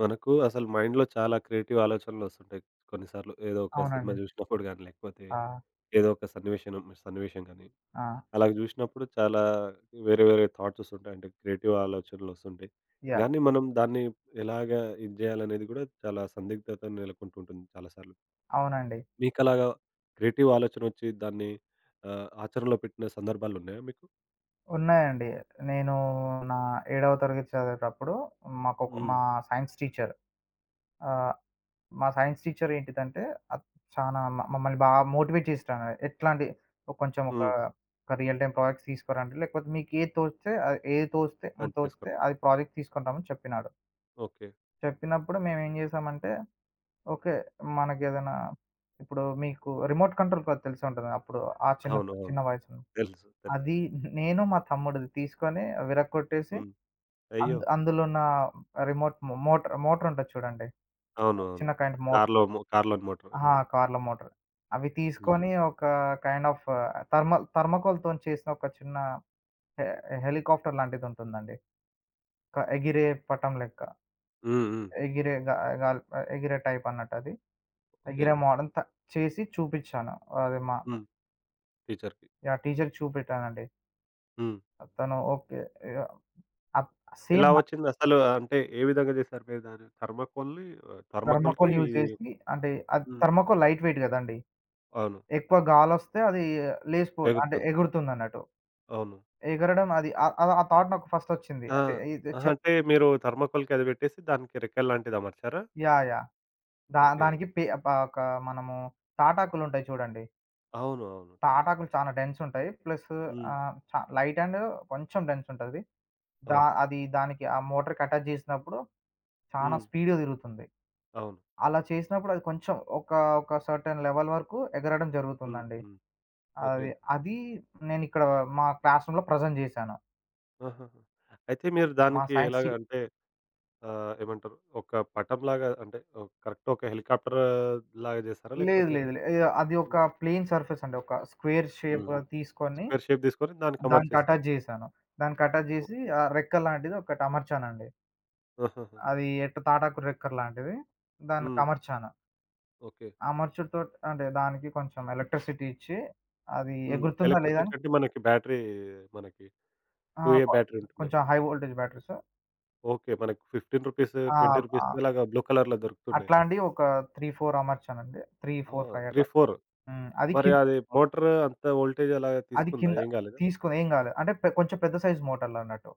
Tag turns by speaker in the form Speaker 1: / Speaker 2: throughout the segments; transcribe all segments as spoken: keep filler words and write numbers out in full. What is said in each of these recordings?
Speaker 1: మనకు అసలు మైండ్‌లో చాలా క్రియేటివ్ ఆలోచనలొస్తుంటాయి కొన్నిసార్లు. ఏదో ఒక సినిమా
Speaker 2: అవునండి.
Speaker 1: జూసినప్పుడు గాని, లేకపోతే
Speaker 2: ఆ!
Speaker 1: ఏదో ఒక సన్నివేశనం సన్నివేశం గాని,
Speaker 2: ఆ!
Speaker 1: అలాగ జూసినప్పుడు చాలా వేరే వేరే థాట్సొస్తుంటాయి. అంటే క్రియేటివ్ ఆలోచనలొస్తుంటాయి.
Speaker 2: యాహ్!
Speaker 1: గానీ మనం దాన్ని ఎలాగా ఇది జేయాలనేది గూడా చాలా సందిగ్ధత నెలకొంటుంటుంది చాలా సార్లు.
Speaker 2: అవునండి.
Speaker 1: మీకలాగా క్రియేటివ్ ఆలోచనొచ్చి దాన్ని ఆహ్, ఆచరణలో పెట్టిన సందర్భాలున్నాయా మీకు?
Speaker 2: ఉన్నాయండి. నేను నా ఏడవ తరగతి చదివేటప్పుడు మాకొక
Speaker 1: హ్మ్.
Speaker 2: మా సైన్స్ టీచర్. ఆహ్, మా సైన్స్ టీచర్ ఏంటిదంటే, ఆహ్, చానా మ మమ్మల్ని బాగా మోటివేట్ చేసేటామె. ఎట్లా అంటే కొంచెం ఒక,
Speaker 1: హ్మ్.
Speaker 2: ఒక రియల్ టైమ్ ప్రాజెక్ట్స్ తీసుకురండి. లేకపోతే మీకు ఏది తోస్తే అది ఏది తోస్తే
Speaker 1: అది
Speaker 2: తోచితే
Speaker 1: చేసుకోరు.
Speaker 2: అది ప్రాజెక్ట్ తీసుకుంటామని చెప్పినాడు.
Speaker 1: ఓకే.
Speaker 2: చెప్పినప్పుడు మేమేం చేసామంటే ఓకే. మనకేదైనా ఇప్పుడు మీకు రిమోట్ కంట్రోల్ కాదు తెలిసే ఉంటది. అప్పుడు ఆ చిన్న,
Speaker 1: అవును. అవును.
Speaker 2: చిన్న వయసు.
Speaker 1: తెలుసు. తెలుసు.
Speaker 2: అది నేను, మా తమ్ముడిది తీసుకొని విరగ్గొట్టేసి
Speaker 1: హ్మ్. అయ్యో!
Speaker 2: అందు అందులో ఉన్న రిమోట్ మో మోటర్ మోటరుంటది చూడండి.
Speaker 1: అవును. అవును.
Speaker 2: చిన్న కైండ్ మో
Speaker 1: కార్‌లో మో కార్‌లోని మోటర్.
Speaker 2: అహా!
Speaker 1: హ్మ్.
Speaker 2: కార్‌లో మోటర్. అవి
Speaker 1: హ్మ్.
Speaker 2: తీసుకొని ఒక కైండ్ ఆఫ్ థర్మ థర్మాకోల్‌తోని చేసిన ఒక చిన్న హె హెలికాప్టర్ లాంటిదుంటుందండి. ఒక ఎగిరే పటం లెక్క.
Speaker 1: హ్మ్. హ్మ్.
Speaker 2: ఎగిరే గా గాల్ ఎగిరే టైపన్నట్టది.
Speaker 1: ఓకే.
Speaker 2: ఎగిరే మోడల్ త చేసి చూపిచ్చాను. అది మా.
Speaker 1: హ్మ్. టీచర్‌కి.
Speaker 2: యాహ్! టీచర్‌కి చూపెట్టానండి.
Speaker 1: హ్మ్.
Speaker 2: తను ఓకే. యాహ్! అప్
Speaker 1: ఎలా
Speaker 2: సేమ్
Speaker 1: వచ్చిందసలు? అంటే ఏ విధంగా చేశారు మీరు దాన్ని? థర్మాకోల్‌ని ఆహ్, థర్మాకోల్‌కి
Speaker 2: థర్మాకోల్ యూజ్
Speaker 1: ఇది
Speaker 2: చేసి అంటే అది
Speaker 1: హ్మ్.
Speaker 2: థర్మాకోల్ లైట్ వెయిట్ గదండీ.
Speaker 1: అవును.
Speaker 2: ఎక్కువ గాలొస్తే అది లేసిపో అంటే
Speaker 1: ఎగురుతుంది.
Speaker 2: ఎగురుతుందన్నట్టు.
Speaker 1: అవును.
Speaker 2: ఎగరడం అది ఆహ్, ఆహ్, ఆ థాట్ నాకు ఫస్టొచ్చింది.
Speaker 1: ఆ!
Speaker 2: అంటే ఇది
Speaker 1: అహా!
Speaker 2: చెప్
Speaker 1: అంటే మీరు థర్మాకోల్‌కి అది పెట్టేసి దానికి రెక్కలు లాంటిది అమర్చారా?
Speaker 2: యాహ్! యాహ్! దా
Speaker 1: ఓకే.
Speaker 2: దానికి పే ప ఒక మనము తాటాకులుంటాయి చూడండి.
Speaker 1: అవును. అవును. తాటాకు.
Speaker 2: తాటాకులు చాలా డెన్సుంటాయి. ప్లస్
Speaker 1: హ్మ్.
Speaker 2: ఆహ్, చ లైట్ అండ్ కొంచెం డెన్సుంటది. దా
Speaker 1: అవును.
Speaker 2: అది దానికి ఆ మోటార్‌కి అటాచ్ జేసినప్పుడు చానా
Speaker 1: హ్మ్.
Speaker 2: స్పీడ్‌గా తిరుగుతుంది.
Speaker 1: అవును.
Speaker 2: అలా చేసినప్పుడు అది కొంచెం ఒక, ఒక సర్టెన్ లెవెల్ వరకు ఎగరడం
Speaker 1: హ్మ్.
Speaker 2: జరుగుతుందండి.
Speaker 1: హ్మ్. ఓకే.
Speaker 2: అది, అది నేనిక్కడ మా క్లాస్ రూమ్‌లో ప్రెజెంట్ చేశాను.
Speaker 1: ఆహాహా! అయితే మీరు
Speaker 2: మా
Speaker 1: దానికి
Speaker 2: సైన్స్
Speaker 1: ఎలాగ
Speaker 2: టీ
Speaker 1: అంటే ఆ! ఏమంటారు? ఒక పటంలాగా అంటే ఓహ్, కరెక్ట్ ఒక హెలికాప్టర్ లాగా చేసారా?
Speaker 2: లేదు,
Speaker 1: లేకపోతే
Speaker 2: లేదు. లే యాహ్! అది
Speaker 1: హ్మ్.
Speaker 2: ఒక ప్లెయిన్ సర్ఫేస్ అండి. ఒక స్క్వేర్ షేప్
Speaker 1: హుహు.
Speaker 2: తీసుకొని
Speaker 1: స్క్వేర్ షేప్ తీసుకొని దానికి
Speaker 2: దానికి
Speaker 1: అమర్చేసారు.
Speaker 2: అటాచ్ చేశాను. దానికి అటాచ్ చేసి
Speaker 1: ఓకే.
Speaker 2: ఆ రెక్క లాంటిది ఒకటి అమర్చానండి.
Speaker 1: ఆహాహా!
Speaker 2: అది ఎట్ట తాటాకు రెక్కర్ లాంటిది. దానికి
Speaker 1: హ్మ్.
Speaker 2: అమర్చాను.
Speaker 1: ఓకే.
Speaker 2: అమర్చుడుతోటి అంటే దానికి కొంచెం ఎలక్ట్రిసిటీ ఇచ్చి అది
Speaker 1: హ్మ్.
Speaker 2: ఎగురుతుందా లేదా
Speaker 1: ఎలక్ట్రిసిటీ
Speaker 2: అని.
Speaker 1: అంటే మనకి బ్యాటరీ మనకి
Speaker 2: ఆ!
Speaker 1: 2 ఏ
Speaker 2: కొ
Speaker 1: బ్యాటరీ ఉంటుంది.
Speaker 2: కొంచెం హై వోల్టేజ్ బ్యాటరీస్.
Speaker 1: ఓకే. మనకి రూ.
Speaker 2: ఆ!
Speaker 1: పదిహేను, రూ. ఇరవై
Speaker 2: ఆ!
Speaker 1: ఇలాగా బ్లూ కలర్‌లో దొరుకుతున్నాయి.
Speaker 2: అట్లాంటి ఒక మూడు, నాలుగు అమర్చానండి. మూడు,
Speaker 1: ఆ!
Speaker 2: నాలుగు, ఐదు
Speaker 1: మూడు,
Speaker 2: అట్లా.
Speaker 1: నాలుగు
Speaker 2: హ్మ్. అది
Speaker 1: మరి
Speaker 2: కిన్
Speaker 1: అది మోటర్ అంత వోల్టేజ్ అలాగా
Speaker 2: అది
Speaker 1: తీసుకుందా?
Speaker 2: కింద
Speaker 1: ఏం కాలేదా?
Speaker 2: తీసుకొని ఏం గాలేదు. అంటే పె కొంచెం పెద్ద సైజ్ మోటర్లన్నట్టు.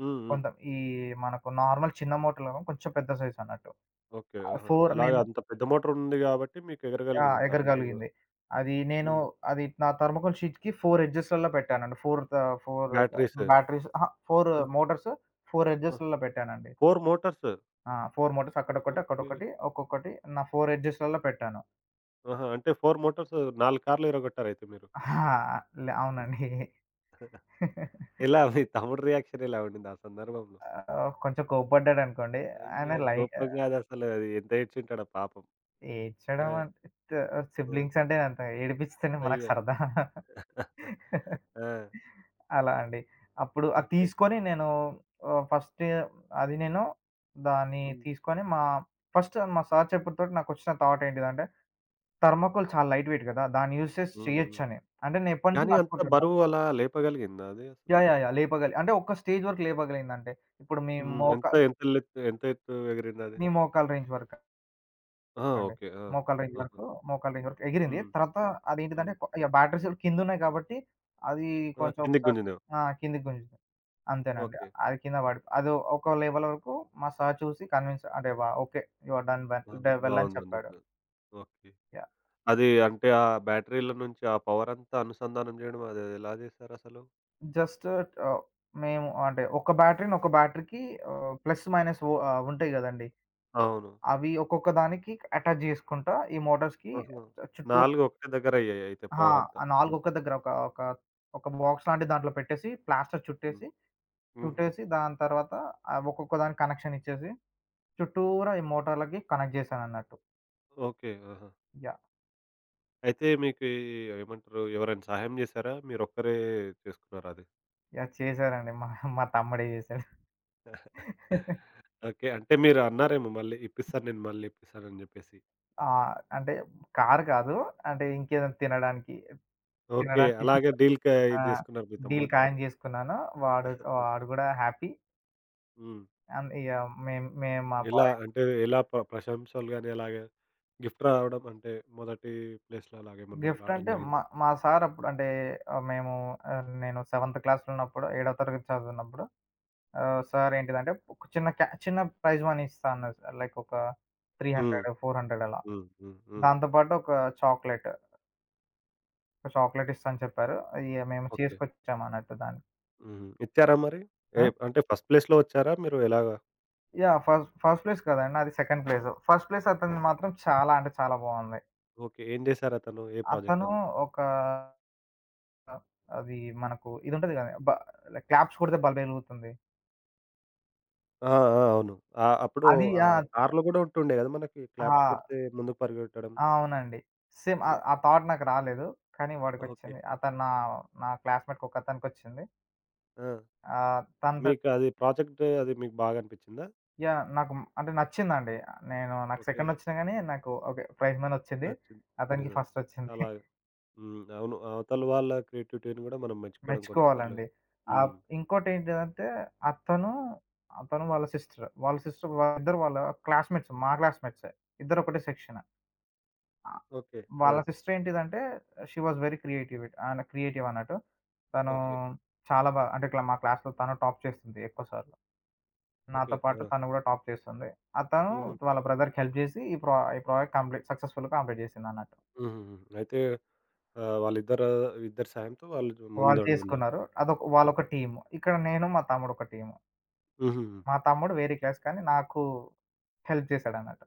Speaker 1: హ్మ్. హ్మ్.
Speaker 2: కొంత ఈ మనకు నార్మల్ చిన్న మోటర్లేమో కొంచెం పెద్ద సైజ్ అన్నట్టు.
Speaker 1: ఓకే.
Speaker 2: ఆహ్,
Speaker 1: ఆహా!
Speaker 2: నాలుగు
Speaker 1: అలాగా
Speaker 2: నేను.
Speaker 1: అంత పెద్ద మోటర్ ఉంది కాబట్టి మీకు
Speaker 2: ఆ!
Speaker 1: ఎగరగలిగేది థర్మాకోల్ కూడా.
Speaker 2: ఎగరగలిగింది. అది నేను
Speaker 1: హ్మ్.
Speaker 2: అది నా థర్మాకోల్ షీట్‌కి నాలుగు ఎడ్జెస్‌లలో పెట్టానండి. నాలుగు త నాలుగు
Speaker 1: బ్యాటరీస్.
Speaker 2: బ్యాటరీస్ అహా! నాలుగు మోటార్స్ నాలుగు
Speaker 1: ఆహా!
Speaker 2: ఎడ్జెస్‌లలో పెట్టానండి.
Speaker 1: నాలుగు మోటార్స్.
Speaker 2: ఆ! నాలుగు మోటార్స్ అక్కడొకటి,
Speaker 1: ఓకే.
Speaker 2: అక్కడొకటి, ఒక్కొక్కటి నా నాలుగు ఎడ్జెస్‌లలో పెట్టాను.
Speaker 1: ఆహా! అంటే నాలుగు మోటార్స్ నాలుగు కార్లు ఇరగొట్టారయితే మీరు.
Speaker 2: ఆ! లే అవునండి.
Speaker 1: ఎలా మీ తమ్ముడు రియాక్షన్ ఎలా ఉండింది ఆ సందర్భంలో?
Speaker 2: ఆహ్, కొంచెం కోప్పడ్డాడనుకోండి.
Speaker 1: అయ్యో!
Speaker 2: ఆయన లై
Speaker 1: కోపం
Speaker 2: ఆహ్,
Speaker 1: కాదు అసలు అది ఎంత ఏడ్చుంటాడో పాపం. ఆ!
Speaker 2: ఏడ్చడం అంటే త
Speaker 1: ఆ!
Speaker 2: సిబ్లింగ్స్ అంటే అంత ఏడిపిస్తేనే మనకు
Speaker 1: అయ్యో!
Speaker 2: సరదా.
Speaker 1: ఆ!
Speaker 2: అలా అండి. అప్పుడు అది
Speaker 1: ఓకే.
Speaker 2: తీసుకొని నేను ఆహ్, ఫస్ట్ అది నేను దాన్ని
Speaker 1: హ్మ్.
Speaker 2: తీసుకొని మా ఫస్ట్ మా సార్ చెప్పుడుతోటి నాకొచ్చిన థాట్ ఏంటిదంటే, థర్మాకోల్ చాలా లైట్ వెయిట్ గదా! దాన్ని యూజ్ చేసి
Speaker 1: హ్మ్. హ్మ్.
Speaker 2: చేయొచ్చని. అంటే నేను
Speaker 1: కానీ
Speaker 2: ఎప్పటినుంచో
Speaker 1: అంత
Speaker 2: అనుకుంటున్నా.
Speaker 1: బరువు అలా లేపగలిగిందా అది అసలు?
Speaker 2: యాహ్! యాహ్! యాహ్! లేపగలి అంటే ఒక్క స్టేజ్ వరకు లేపగలిగిందంటే, ఇప్పుడు మీ
Speaker 1: హ్మ్.
Speaker 2: మోకా
Speaker 1: ఎంత ఎంత లెత్ ఎంత ఎత్తు ఎగిరిందది?
Speaker 2: మీ మోకాలు రేంజ్ వరకు.
Speaker 1: ఆ!
Speaker 2: అండి.
Speaker 1: ఓకే. ఆ!
Speaker 2: మోకాళ్ళ రేంజ్
Speaker 1: ఆహా!
Speaker 2: వరకు, మోకాళ్ళ రేంజ్ వరకు ఎగిరింది.
Speaker 1: హ్మ్.
Speaker 2: తర్వాత
Speaker 1: హ్మ్.
Speaker 2: అదేంటిదంటే కొ ఇగ బ్యాటరీస్ కూడా కిందున్నాయి కాబట్టి, అది
Speaker 1: ఆ!
Speaker 2: కొంచెం
Speaker 1: కిందకి
Speaker 2: ఒకసారి
Speaker 1: గుంజిందేమో.
Speaker 2: ఆ! కిందకి గుంజింది. అంతేనండి.
Speaker 1: ఓకే.
Speaker 2: అది కింద పడి అది ఒక లెవెల్ వరకు మా సార్ చూసి కన్విన్స్ అంటే వ okay. You are done well
Speaker 1: ఆ!
Speaker 2: డ వెల్ అని
Speaker 1: బావుందని
Speaker 2: చెప్పాడు.
Speaker 1: చెప్పారు. ఓకే.
Speaker 2: యాహ్!
Speaker 1: అది అంటే ఆ బ్యాటరీల నుంచి ఆ పవరంతా అనుసంధానం జేయడం అదెలా జేశారసలు?
Speaker 2: జస్ట్ ఆహ్, మేము అంటే ఒక బ్యాటరీని ఒక బ్యాటరీకి ఆహ్, ప్లస్ మైనస్ వు ఆహ్, ఉంటాయి గదండీ!
Speaker 1: అవును.
Speaker 2: అవి ఒక్కొక్క దానికి అటాచ్ జేసుకుంటా ఈ మోటార్స్‌కి
Speaker 1: ఆహా!
Speaker 2: చుట్టూ
Speaker 1: నాలుగు ఒకటే దగ్గరయ్యాయి అయితే
Speaker 2: అహా!
Speaker 1: పవరంతా.
Speaker 2: ఆ నాలుగు
Speaker 1: హ్మ్.
Speaker 2: ఒక్క దగ్గర ఒక ఒక ఒక బాక్స్ లాంటి దాంట్లో పెట్టేసి, ప్లాస్టర్
Speaker 1: హ్మ్.
Speaker 2: చుట్టేసి,
Speaker 1: హుహు.
Speaker 2: చుట్టేసి దాని తర్వాత ఆహ్, ఒక్కొక్క దానికి కనెక్షన్ ఇచ్చేసి, చుట్టూరా ఈ మోటార్‌లకి కనెక్ట్ చేశానన్నట్టు.
Speaker 1: ఓకే. ఆహా!
Speaker 2: యాహ్!
Speaker 1: అయితే మీకు ఈ ఏమంటారు ఎవరైనా సహాయం జేశారా? మీరొక్కరే చేసుకున్నారా అది?
Speaker 2: యాహ్! చేశారండి. మా మా తమ్ముడే చేశాడు.
Speaker 1: ఓకే. అంటే మీరు అన్నారేమో మళ్ళీ ఇప్పిస్తాను నేను మళ్ళీ ఇప్పిస్తానని జెప్పేసి.
Speaker 2: ఆ! అంటే కారు కాదు. అంటే ఇంకేదైనా తినడానికి,
Speaker 1: ఓకే.
Speaker 2: తినడానికి
Speaker 1: అలాగే
Speaker 2: ఇప్పిస్తా.
Speaker 1: డీల్‌కి ఇది
Speaker 2: ఆ!
Speaker 1: జేసుకున్నారు మీ
Speaker 2: డీల్ ఖాయం
Speaker 1: తమ్ముడితోటి.
Speaker 2: చేసుకున్నాను. వాడు
Speaker 1: ఓకే.
Speaker 2: వాడు గూడా హ్యాపీ.
Speaker 1: హ్మ్.
Speaker 2: అండ్ ఇగ మేం మేము మా
Speaker 1: ఎలా
Speaker 2: పాయ్
Speaker 1: అంటే ఎలా ప్ర ప్రశంసలు గాని అలాగా గిఫ్ట్ రావడం అంటే మొదటి ప్లేస్‌లో అలాగేమన్నా
Speaker 2: గిఫ్ట్
Speaker 1: రావడం
Speaker 2: అంటే మా
Speaker 1: జరిగిందా?
Speaker 2: మా సార్ అప్పుడు అంటే ఆహ్, మేము ఆహ్, నేను సెవెంత్ క్లాస్‌లో ఉన్నప్పుడు, ఏడో తరగతి చదువుతున్నప్పుడు ఆహ్, సార్ ఏంటిదంటే ఒక చిన్న క్యా చిన్న ప్రైజ్ మనీ ఇస్తా అన్నారు సార్. లైక్ ఒక మూడు వందల,
Speaker 1: హ్మ్.
Speaker 2: నాలుగు వందల అలా.
Speaker 1: హ్మ్. హ్మ్. హ్మ్.
Speaker 2: దాంతో పాటు ఒక చాక్లెట్, ఒక చాక్లెట్ ఇస్తా అని చెప్పారు. ఇగ మేము
Speaker 1: ఓకే.
Speaker 2: చేసుకొచ్చాం అన్నట్టు దాన్ని.
Speaker 1: హుహు. ఇచ్చారా మరి? ఏ
Speaker 2: ఆ!
Speaker 1: అంటే ఫస్ట్ ప్లేస్‌లో వచ్చారా మీరు ఎలాగా?
Speaker 2: యాహ్! ఫస్ట్ ఫస్ట్ ప్లేస్ కాదండి. నాది సెకండ్ ప్లేస్. ఫస్ట్ ప్లేస్ అతనిది మాత్రం చాలా అంటే చాలా బాగుంది.
Speaker 1: ఓకే. ఏం చేశారతను? ఏ ప్రాజెక్ట్
Speaker 2: అతను
Speaker 1: అది?
Speaker 2: ఒక అది మనకు ఇది ఉంటది కదా! బ క్లాప్స్ కొడితే బల్బ్ ఎలుగుతుంది.
Speaker 1: ఆ! ఆ! అవును. ఆహ్, అప్పుడు
Speaker 2: అది
Speaker 1: ఆ
Speaker 2: ఆ!
Speaker 1: కార్‌లో గూడా ఉంటుండే గదా! మనకి
Speaker 2: ఆ!
Speaker 1: క్లాప్స్ కొడితే ముందుకు పరిగెట్టడం.
Speaker 2: ఆ! అవునండి. సేమ్ ఆ
Speaker 1: హ్మ్.
Speaker 2: ఆ థాట్ నాకు రాలేదు. కానీ
Speaker 1: ఓకే.
Speaker 2: వాడికొచ్చింది. అతను నా నా క్లాస్‌మేట్‌కి ఒకతనికొచ్చింది.
Speaker 1: ఆ!
Speaker 2: ఆహ్, తనతో
Speaker 1: మీకు అది ప్రాజెక్ట్ అది మీకు బాగా అనిపించిందా?
Speaker 2: యాహ్! నాకు అంటే నచ్చిందండి. నేను నాకు
Speaker 1: ఓకే.
Speaker 2: సెకండ్ వచ్చినా గానీ నాకు ఓకే. ప్రైజ్ మనీ వచ్చింది.
Speaker 1: నచ్చింది.
Speaker 2: అతనికి
Speaker 1: నిజం.
Speaker 2: ఫస్ట్ వచ్చింది.
Speaker 1: అలాగ. హ్మ్. అవును. అవతల వాళ్ళ క్రియేటివిటీని గూడా మనం మెచ్చుకోవడం కొన్నిసార్లు
Speaker 2: మెచ్చుకోవాలండి. ఆహ్,
Speaker 1: హ్మ్.
Speaker 2: ఇంకోటేంటిదంటే అతను, అతను వాళ్ళ సిస్టర్. వాళ్ళ సిస్టర్ వాళ్ళిద్దరు వాళ్ళ క్లాస్‌మేట్స్. మా క్లాస్‌మేట్సే. ఇద్దరు ఒకటే సెక్షన్. ఆ!
Speaker 1: ఓకే. ఆ!
Speaker 2: వాళ్ళ సిస్టర్ ఏంటిదంటే షీ వాస్ వెరీ క్రియేటివ్. ఆన క్రియేటివ్ అన్నట్టు. తను
Speaker 1: ఓకే.
Speaker 2: చాలా బా అంటే ఇట్లా మా క్లాస్‌లో తను టాప్ చేస్తుంది ఎక్కువ సార్లు.
Speaker 1: ఓకే.
Speaker 2: నాతో పాటు
Speaker 1: ఆ!
Speaker 2: తను గూడా టాప్ చేస్తుంది. ఆ తను
Speaker 1: హుహు.
Speaker 2: వాళ్ళ బ్రదర్‌కి హెల్ప్ జేసి ఈ ప్రా ఈ ప్రాజెక్ట్ కంప్లీట్ సక్సెస్‌ఫుల్‌గా కంప్లీట్ జేసిందన్నట్టు.
Speaker 1: హుహుహు. అయితే ఆహ్, వాళ్ళిద్దరు ఇద్దరి సాయంతో వాళ్ళు
Speaker 2: వాళ్ళు
Speaker 1: ముందడుగున్నారు.
Speaker 2: చేసుకున్నారు. అదొక
Speaker 1: ఓకే.
Speaker 2: వాళ్ళొక టీమ్. ఇక్కడ నేను, మా తమ్ముడు ఒక టీమ్.
Speaker 1: హుహుహు.
Speaker 2: మా తమ్ముడు వేరే క్లాస్ కానీ నాకు హెల్ప్ చేసాడన్నట్టు.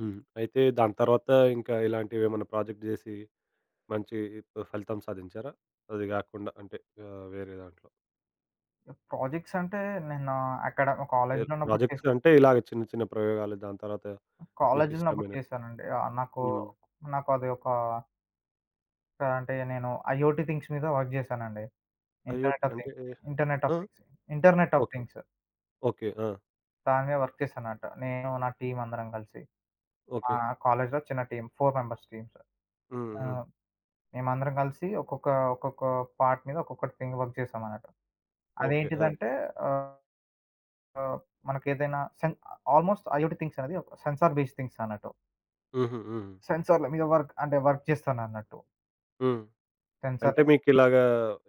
Speaker 1: హ్మ్. అయితే దాని తర్వాత ఇంకా ఇలాంటివేమన్నా ప్రాజెక్ట్ జేసి మంచి ఫలితం సాధించారా? అది గాకుండా అంటే ఆహ్, వేరే దాంట్లో.
Speaker 2: ప్రాజెక్ట్స్ అంటే నేను అక్కడ
Speaker 1: ఎ
Speaker 2: కాలేజ్‌లో ఉన్నప్పుడు
Speaker 1: ప్రాజెక్ట్స్
Speaker 2: చేశాను.
Speaker 1: అంటే ఇలాగ చిన్న చిన్న ప్రయోగాలు దాని తర్వాత
Speaker 2: కాలేజ్‌లో ఉన్నప్పుడు
Speaker 1: మీకిష్టమైన
Speaker 2: చేశానండి. ఆహ్, నాకు
Speaker 1: హ్మ్.
Speaker 2: నాకు అది ఒక కాదు. అంటే నేను ఐఓటీ థింగ్స్ మీద వర్క్ చేశానండి.
Speaker 1: అయ్యోటి
Speaker 2: ఇంటర్నెట్ ఆఫ్
Speaker 1: అంటే
Speaker 2: థింగ్స్, ఇంటర్నెట్ ఆఫ్
Speaker 1: ఆ!
Speaker 2: Things, internet of
Speaker 1: okay.
Speaker 2: Things
Speaker 1: okay. ఆ!
Speaker 2: దాని మీద వర్క్ చేశానట. నేను నా టీమ్ అందరం కలిసి. మా
Speaker 1: ఓకే.
Speaker 2: కాలేజ్‌లో చిన్న టీమ్ నాలుగు మెంబర్స్ టీమ్స్.
Speaker 1: హ్మ్. హ్మ్.
Speaker 2: ఆహ్, మేమందరం కలిసి ఒక్కొక్క, ఒక్కొక్క పార్ట్ మీద ఒక్కొక్కటి థింగ్ వర్క్ చేశామన్నట్టు.
Speaker 1: ఓకే. ఆ!
Speaker 2: అదేంటిదంటే ఆహ్, మనకేదైనా సెన్ ఆల్‌మోస్ట్ ఐఓటీ థింగ్స్ అనేది సెన్సార్ బేస్డ్ థింగ్స్ అన్నట్టు.
Speaker 1: హుహు. హ్మ్.
Speaker 2: సెన్సార్‌ల మీద వర్క్ అంటే వర్క్ చేస్తానన్నట్టు.
Speaker 1: హ్మ్.
Speaker 2: సెన్సార్
Speaker 1: అంటే మీకిలాగా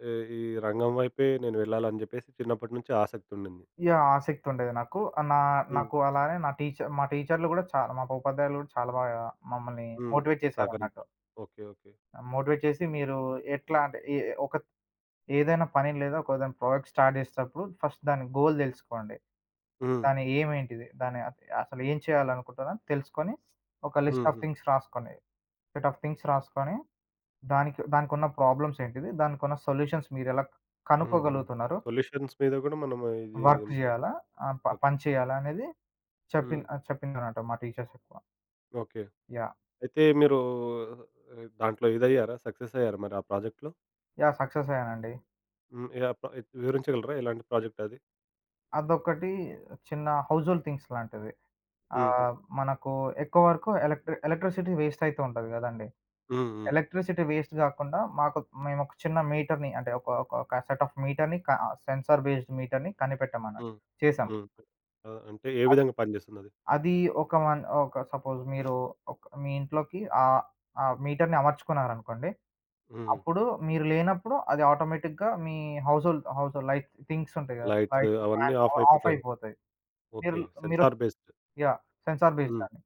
Speaker 1: ఈ ఈ రంగం వైపే నేను వెళ్ళాలని జెప్పేసి చిన్నప్పటి నుంచి ఆసక్తి ఉండింది.
Speaker 2: యాహ్! ఆసక్తి ఉండేది నాకు. ఆహ్, నా హ్మ్.
Speaker 1: హ్మ్.
Speaker 2: నాకు అలానే నా టీచర్ మా టీచర్‌లు గూడా చాలా మా ఉపాధ్యాయులు గూడా చాలా బాగా మమ్మల్ని
Speaker 1: హ్మ్.
Speaker 2: మోటివేట్ చేశారన్నట్టు.
Speaker 1: సహకరించారు. ఓకే. ఓకే.
Speaker 2: మోటివేట్ చేసి మీరు ఎట్లా అంటే ఏ ఒక ఏదైనా పని లేదా ఒక ఏదైనా ప్రాజెక్ట్ స్టార్ట్ చేసేటప్పుడు ఫస్ట్ దాని గోల్ తెలుసుకోండి.
Speaker 1: హ్మ్.
Speaker 2: దాని ఎయిమ్ ఏంటిది? దాని అస అసలు ఏం చేయాలనుకుంటున్నారో తెలుసుకొని ఒక లిస్ట్ ఆఫ్
Speaker 1: హుహు.
Speaker 2: థింగ్స్ రాసుకోండి. సెట్ ఆఫ్ థింగ్స్ రాసుకొని దానికి దానికున్న ప్రాబ్లమ్స్ ఏంటిది? దానికున్న సొల్యూషన్స్ మీరెలా
Speaker 1: హ్మ్. హ్మ్.
Speaker 2: కనుక్కోగలుగుతున్నారు?
Speaker 1: సొల్యూషన్స్ మీద గూడా మనం ఇది
Speaker 2: వర్క్
Speaker 1: ఉంటే
Speaker 2: జేయాలా? ఆహ్, ప
Speaker 1: ఓకే.
Speaker 2: పని చేయాలా అనేది చెప్పిన్
Speaker 1: హ్మ్.
Speaker 2: ఆ! చెప్పిందనమాట మా టీచర్స్ ఎక్కువ.
Speaker 1: ఓకే.
Speaker 2: యాహ్!
Speaker 1: అయితే మీరు ఆహ్, దాంట్లో ఇదయ్యారా? సక్సెస్ అయ్యారా మరి ఆ ప్రాజెక్ట్‌లో?
Speaker 2: యాహ్! సక్సెస్ అయ్యానండి.
Speaker 1: హ్మ్. ఏ ఆ ప్రా వివరించగలరా ఎలాంటి ప్రాజెక్ట్ అది?
Speaker 2: అదొక్కటి చిన్న హౌస్ హోల్డ్ థింగ్స్ లాంటిది.
Speaker 1: హుహు.
Speaker 2: ఆహ్, మనకు ఎక్కువ వరకు ఎలక్ట్రి ఎలక్ట్రిసిటీ వేస్ట్ అయితూ ఉంటది గదండీ.
Speaker 1: హ్మ్. హ్మ్.
Speaker 2: ఎలక్ట్రిసిటీ వేస్ట్ గాకుండా మాకు మేమొక చిన్న మీటర్‌ని అంటే ఒక ఒక ఒక సెట్ ఆఫ్ మీటర్‌ని క సెన్సార్ బేస్డ్ మీటర్‌ని కనిపెట్టామన్నట్టు.
Speaker 1: హ్మ్.
Speaker 2: చేసాం.
Speaker 1: హ్మ్. ఆ! అంటే ఏ
Speaker 2: అద్
Speaker 1: విధంగా పనిజేస్తుందది?
Speaker 2: అది ఒక మన్ ఒక సపోజ్ మీరు ఒక మీ ఇంట్లోకి ఆహ్, ఆ మీటర్‌ని అమర్చుకున్నారనుకోండి.
Speaker 1: హ్మ్.
Speaker 2: అప్పుడు మీరు లేనప్పుడు అది ఆటోమేటిక్‌గా మీ house hold house hold light things ఉంటాయి గదా!
Speaker 1: లైట్స్
Speaker 2: లైట్స్,
Speaker 1: అవన్నీ
Speaker 2: ఫ్యాన్స్
Speaker 1: ఆఫ్
Speaker 2: అవి ఆఫ్
Speaker 1: అయిపోతాయేమో!
Speaker 2: అయిపోతాయి. మీరు
Speaker 1: ఓకే.
Speaker 2: మీరు
Speaker 1: sensor based.
Speaker 2: Yeah! Sensor based
Speaker 1: హ్మ్.
Speaker 2: అండి.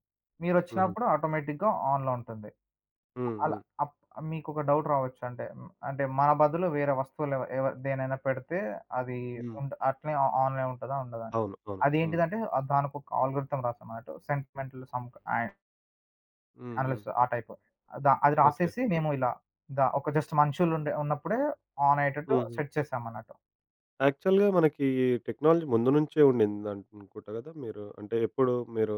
Speaker 1: హుహు.
Speaker 2: మీరొచ్చినప్పుడు ఆటోమేటిక్‌గా ఆన్‌లో ఉంటుంది.
Speaker 1: హ్మ్.
Speaker 2: అలా
Speaker 1: హ్మ్.
Speaker 2: అప్ మీకొక డౌట్ రావచ్చు. అంటే హ్మ్, అంటే మన బదులు వేరే వస్తువులు ఎవ ఎవ దేనైనా పెడితే అది
Speaker 1: హ్మ్.
Speaker 2: ఉండ్ అట్లే ఆ ఆన్‌లో ఉంటదా? ఉండదా?
Speaker 1: అవును. అవును. హ్మ్.
Speaker 2: అదేంటిదంటే ఆహ్, దానికొక ఆల్గోరిథం రాసామన్నట్టు సెంటిమెంటల్ సమ్ క అండ్
Speaker 1: హ్మ్. హ్మ్.
Speaker 2: అనలిస్ట్ ఆ టైపు. ద అది
Speaker 1: ఓకే.
Speaker 2: రాసేసి మేము ఇలా ద ఒక జస్ట్ మనుషులుండే ఉన్నప్పుడే ఆన్ అయ్యేటట్టు
Speaker 1: హుహు.
Speaker 2: సెట్ చేశామన్నట్టు.
Speaker 1: యాక్చువల్‌గా మనకి ఈ టెక్నాలజీ ముందు నుంచే ఉండిందనుకుంటా గదా! మీరు అంటే ఎప్పుడు మీరు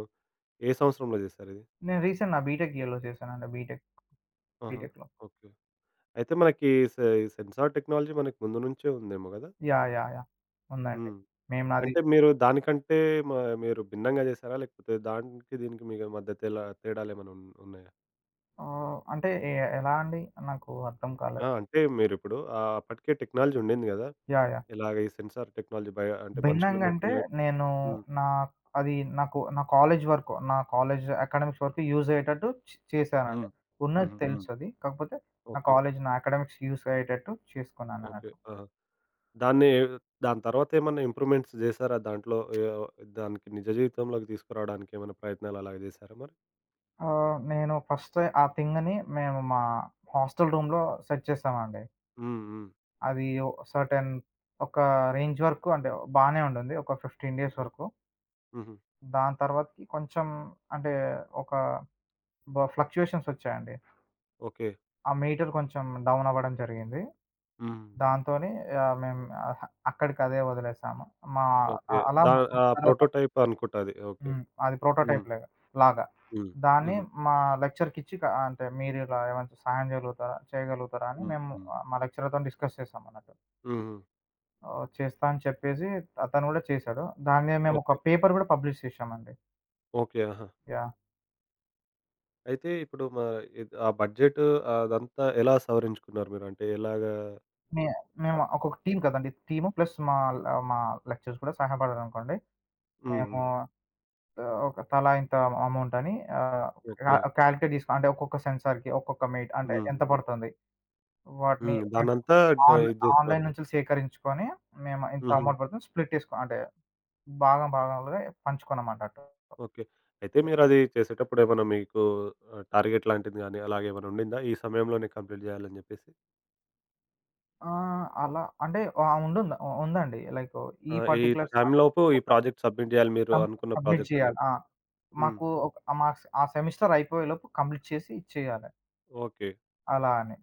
Speaker 1: ఏ సంవత్సరంలో జేశారిది?
Speaker 2: నేను రీసెంట్ నా బీటెక్ ఇయర్‌లో చేశానండి. బీటెక్
Speaker 1: ఆహా!
Speaker 2: బీటెక్‌లో.
Speaker 1: ఓకే. అయితే మనకి సె ఈ సెన్సార్ టెక్నాలజీ మనకు ముందు నుంచే ఉందేమో గదా!
Speaker 2: యాహ్! యాహ్! యాహ్! ఉందండి.
Speaker 1: హ్మ్.
Speaker 2: మేము నాది
Speaker 1: అంటే మీరు దానికంటే మ మీరు భిన్నంగా జేశారా? లేకపోతే దానికి దీనికి మీకు మధ్య తెలా తేడాలేమైనా ఉన్ ఉన్నాయా?
Speaker 2: ఆహ్, అంటే ఎ ఎలా అండి? నాకు అర్థం
Speaker 1: ఆ!
Speaker 2: కాలేదు.
Speaker 1: అంటే మీరిప్పుడు ఆహ్, అప్పటికే టెక్నాలజీ ఉండింది గదా!
Speaker 2: యాహ్! యాహ్!
Speaker 1: ఇలాగ ఈ సెన్సార్ టెక్నాలజీ బయ అంటే
Speaker 2: భిన్నంగా
Speaker 1: మనుషులున్నప్పుడు
Speaker 2: అంటే
Speaker 1: ఇలా
Speaker 2: నేను
Speaker 1: హ్మ్.
Speaker 2: నా అది నాకు నా కాలేజ్ వరకు, నా కాలేజ్ అకాడమిక్స్ వరకు యూజ్ అయ్యేటట్టు చే చేశానండి.
Speaker 1: హ్మ్.
Speaker 2: ఉన్నది
Speaker 1: హుహు. హ్మ్.
Speaker 2: తెలుసది. కాకపోతే నా
Speaker 1: ఓకే.
Speaker 2: కాలేజ్, నా అకాడమిక్స్ యూజ్ అయ్యేటట్టు
Speaker 1: ఓకే.
Speaker 2: చేసుకున్నానన్నట్టు.
Speaker 1: ఆహా! దాన్ని దాని తర్వాతేమన్నా ఇంప్రూవ్‌మెంట్స్ చేసారా దాంట్లో? యాహ్! దానికి నిజ జీవితంలోకి తీసుకురావడానికి ఏమైనా ప్రయత్నాలు అలాగ చేసారా మరి?
Speaker 2: ఆహ్, నేను ఫస్ట్ ఆ థింగ్‌ని మేము మా హాస్టల్ రూమ్‌లో సెట్ చేసామండి.
Speaker 1: హ్మ్. హ్మ్.
Speaker 2: అది ఓ సర్టెన్ ఒక రేంజ్ వరకు అంటే బానే ఉండింది. ఒక పదిహేను డేస్
Speaker 1: ఓకే.
Speaker 2: వరకు.
Speaker 1: హుహు.
Speaker 2: దాని తర్వాతకి కొంచెం అంటే ఒక బ ఫ్లక్చుయేషన్స్ వచ్చాయండి.
Speaker 1: ఓకే.
Speaker 2: ఆ మీటర్ కొంచెం డౌన్ అవ్వడం జరిగింది.
Speaker 1: హ్మ్.
Speaker 2: దాంతోని ఆహ్, మేము అహ అక్కడికదే వదిలేసాము. మా
Speaker 1: ఓకే.
Speaker 2: అలా
Speaker 1: దా ఆ ప్రోటోటైప్ అనుకుంటా అది. ఓకే.
Speaker 2: హ్మ్. అది
Speaker 1: హ్మ్.
Speaker 2: ప్రోటోటైప్ లాగా లాగా.
Speaker 1: హ్మ్.
Speaker 2: దాన్ని
Speaker 1: హుహు.
Speaker 2: మా లెక్చర్‌కిచ్చి క అంటే మీరిలా ఏమైనా సహాయం జేయగలుగుతారా చేయగలుగుతారా అని
Speaker 1: హ్మ్.
Speaker 2: మేము
Speaker 1: హ్మ్.
Speaker 2: ఆహ్, మా లెక్చరర్‌తోని డిస్కస్ చేసామన్నట్టు.
Speaker 1: హుహు.
Speaker 2: ఆహ్, చేస్తా అని చెప్పేసి అతను గూడా చేసాడు. దాన్నే మేము ఒక
Speaker 1: ఓకే.
Speaker 2: పేపర్ గూడా పబ్లిష్ చేసామండి.
Speaker 1: ఓకే. ఆహా!
Speaker 2: యాహ్!
Speaker 1: అయితే ఇప్పుడు మ ఇద్ ఆ బడ్జెట్ అదంతా ఎలా సవరించుకున్నారు మీరు? అంటే ఎలాగా
Speaker 2: మే మేము ఒక్కొక్క టీమ్ కదండీ. టీము ప్లస్ మా ల మా లెక్చరర్స్ కూడా సహాయపడారనుకోండి.
Speaker 1: హ్మ్.
Speaker 2: మేము
Speaker 1: హ్మ్.
Speaker 2: ఆహ్, ఒక తలా ఇంత అమౌంట్ అని ఆహ్, కా
Speaker 1: ఓకే.
Speaker 2: కాలిక్యులేట్ జేసుకొని అంటే ఒక్కొక్క సెన్సార్‌కి, ఒక్కొక్క మీట్ అంటే
Speaker 1: హ్మ్.
Speaker 2: ఎంత
Speaker 1: హ్మ్.
Speaker 2: పడుతుంది? వాటిని
Speaker 1: హ్మ్.
Speaker 2: హ్మ్.
Speaker 1: దాన్నంతా డ
Speaker 2: ఆన్‌లై
Speaker 1: ఇది జేస్తున్నారు
Speaker 2: ఆన్‌లైన్
Speaker 1: మీరు.
Speaker 2: నుంచి సేకరించుకొని, మేము ఇంత
Speaker 1: హుహు.
Speaker 2: అమౌంట్ పడుతుంది స్ప్లిట్ చేసుకో అంటే భాగం భాగాలుగా పంచుకున్నామన్నట్టు.
Speaker 1: ఓకే. అయితే మీరది చేసేటప్పుడు ఏమన్నా మీకు ఆహ్, టార్గెట్ లాంటిది గాని, అలాగేమైనా ఉండిందా? ఈ సమయంలోనే కంప్లీట్ జేయాలని జెప్పేసి?
Speaker 2: ఆ! అలా అంటే ఆ! ఉండుంద ఉందండి. లైక్
Speaker 1: ఆ!
Speaker 2: ఈ
Speaker 1: ఈ
Speaker 2: పర్టిక్యులర్ అంటే
Speaker 1: టైంలోపు ఈ
Speaker 2: ఒక
Speaker 1: ప్రాజెక్ట్ సబ్మిట్ జేయాలి మీరు
Speaker 2: సబ్
Speaker 1: అనుకున్న
Speaker 2: సబ్మిట్
Speaker 1: ప్రాజెక్ట్ అని
Speaker 2: చేయాలి.
Speaker 1: జెప్పి.
Speaker 2: ఆ!
Speaker 1: హ్మ్.
Speaker 2: మాకు ఒక మా ఆ సెమిస్టర్ అయిపోయేలోపు కంప్లీట్ చేసి ఇచ్చేయాలి.
Speaker 1: ఓకే.
Speaker 2: అలా అని.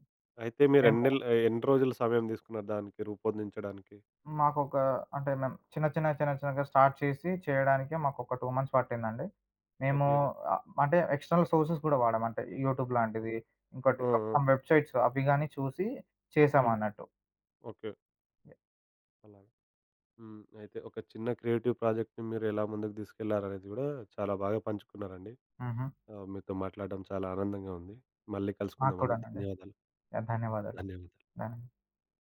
Speaker 1: అయితే మీరు ఎన్ని
Speaker 2: మేము
Speaker 1: నెల్ ఎన్ని రోజులు సమయం తీసుకున్నారు దానికి రూపొందించడానికి?
Speaker 2: మాకొక అంటే మేము చిన్న, చిన్న, చిన్న, చిన్నగా స్టార్ట్ చేసి చేయడానికే మాకొక రెండు మంత్స్ పట్టిందండి. మేము
Speaker 1: ఓకే.
Speaker 2: ఓకే. ఆహ్, అంటే ఎక్స్‌టర్నల్ సోర్సెస్ కూడా వాడాం. అంటే యూట్యూబ్ లాంటిది,
Speaker 1: హుహు.
Speaker 2: ఇంకోటి
Speaker 1: ఆ! ఆ!
Speaker 2: సమ్ వెబ్‌సైట్స్ అవి గాని చూసి
Speaker 1: హుహు.
Speaker 2: చేసామన్నట్టు.
Speaker 1: ఓకే.
Speaker 2: యాహ్!
Speaker 1: అలాగ. హ్మ్. అయితే ఒక చిన్న క్రియేటివ్ ప్రాజెక్ట్‌ని మీరు ఎలా ముందుకు తీసుకెళ్లారనేది గూడా చాలా బాగా పంచుకున్నారండి.
Speaker 2: హుహు.
Speaker 1: ఆ! మీతో మాట్లాడడం చాలా ఆనందంగా ఉంది. మళ్ళీ
Speaker 2: నాకు
Speaker 1: కలుసుకుందామండి.
Speaker 2: కూడానండి.
Speaker 1: ధన్యవాదాలు.
Speaker 2: యాహ్! ధన్యవాదాలు.
Speaker 1: ధన్యవాదాలు.
Speaker 2: ధన్యవాదాలు.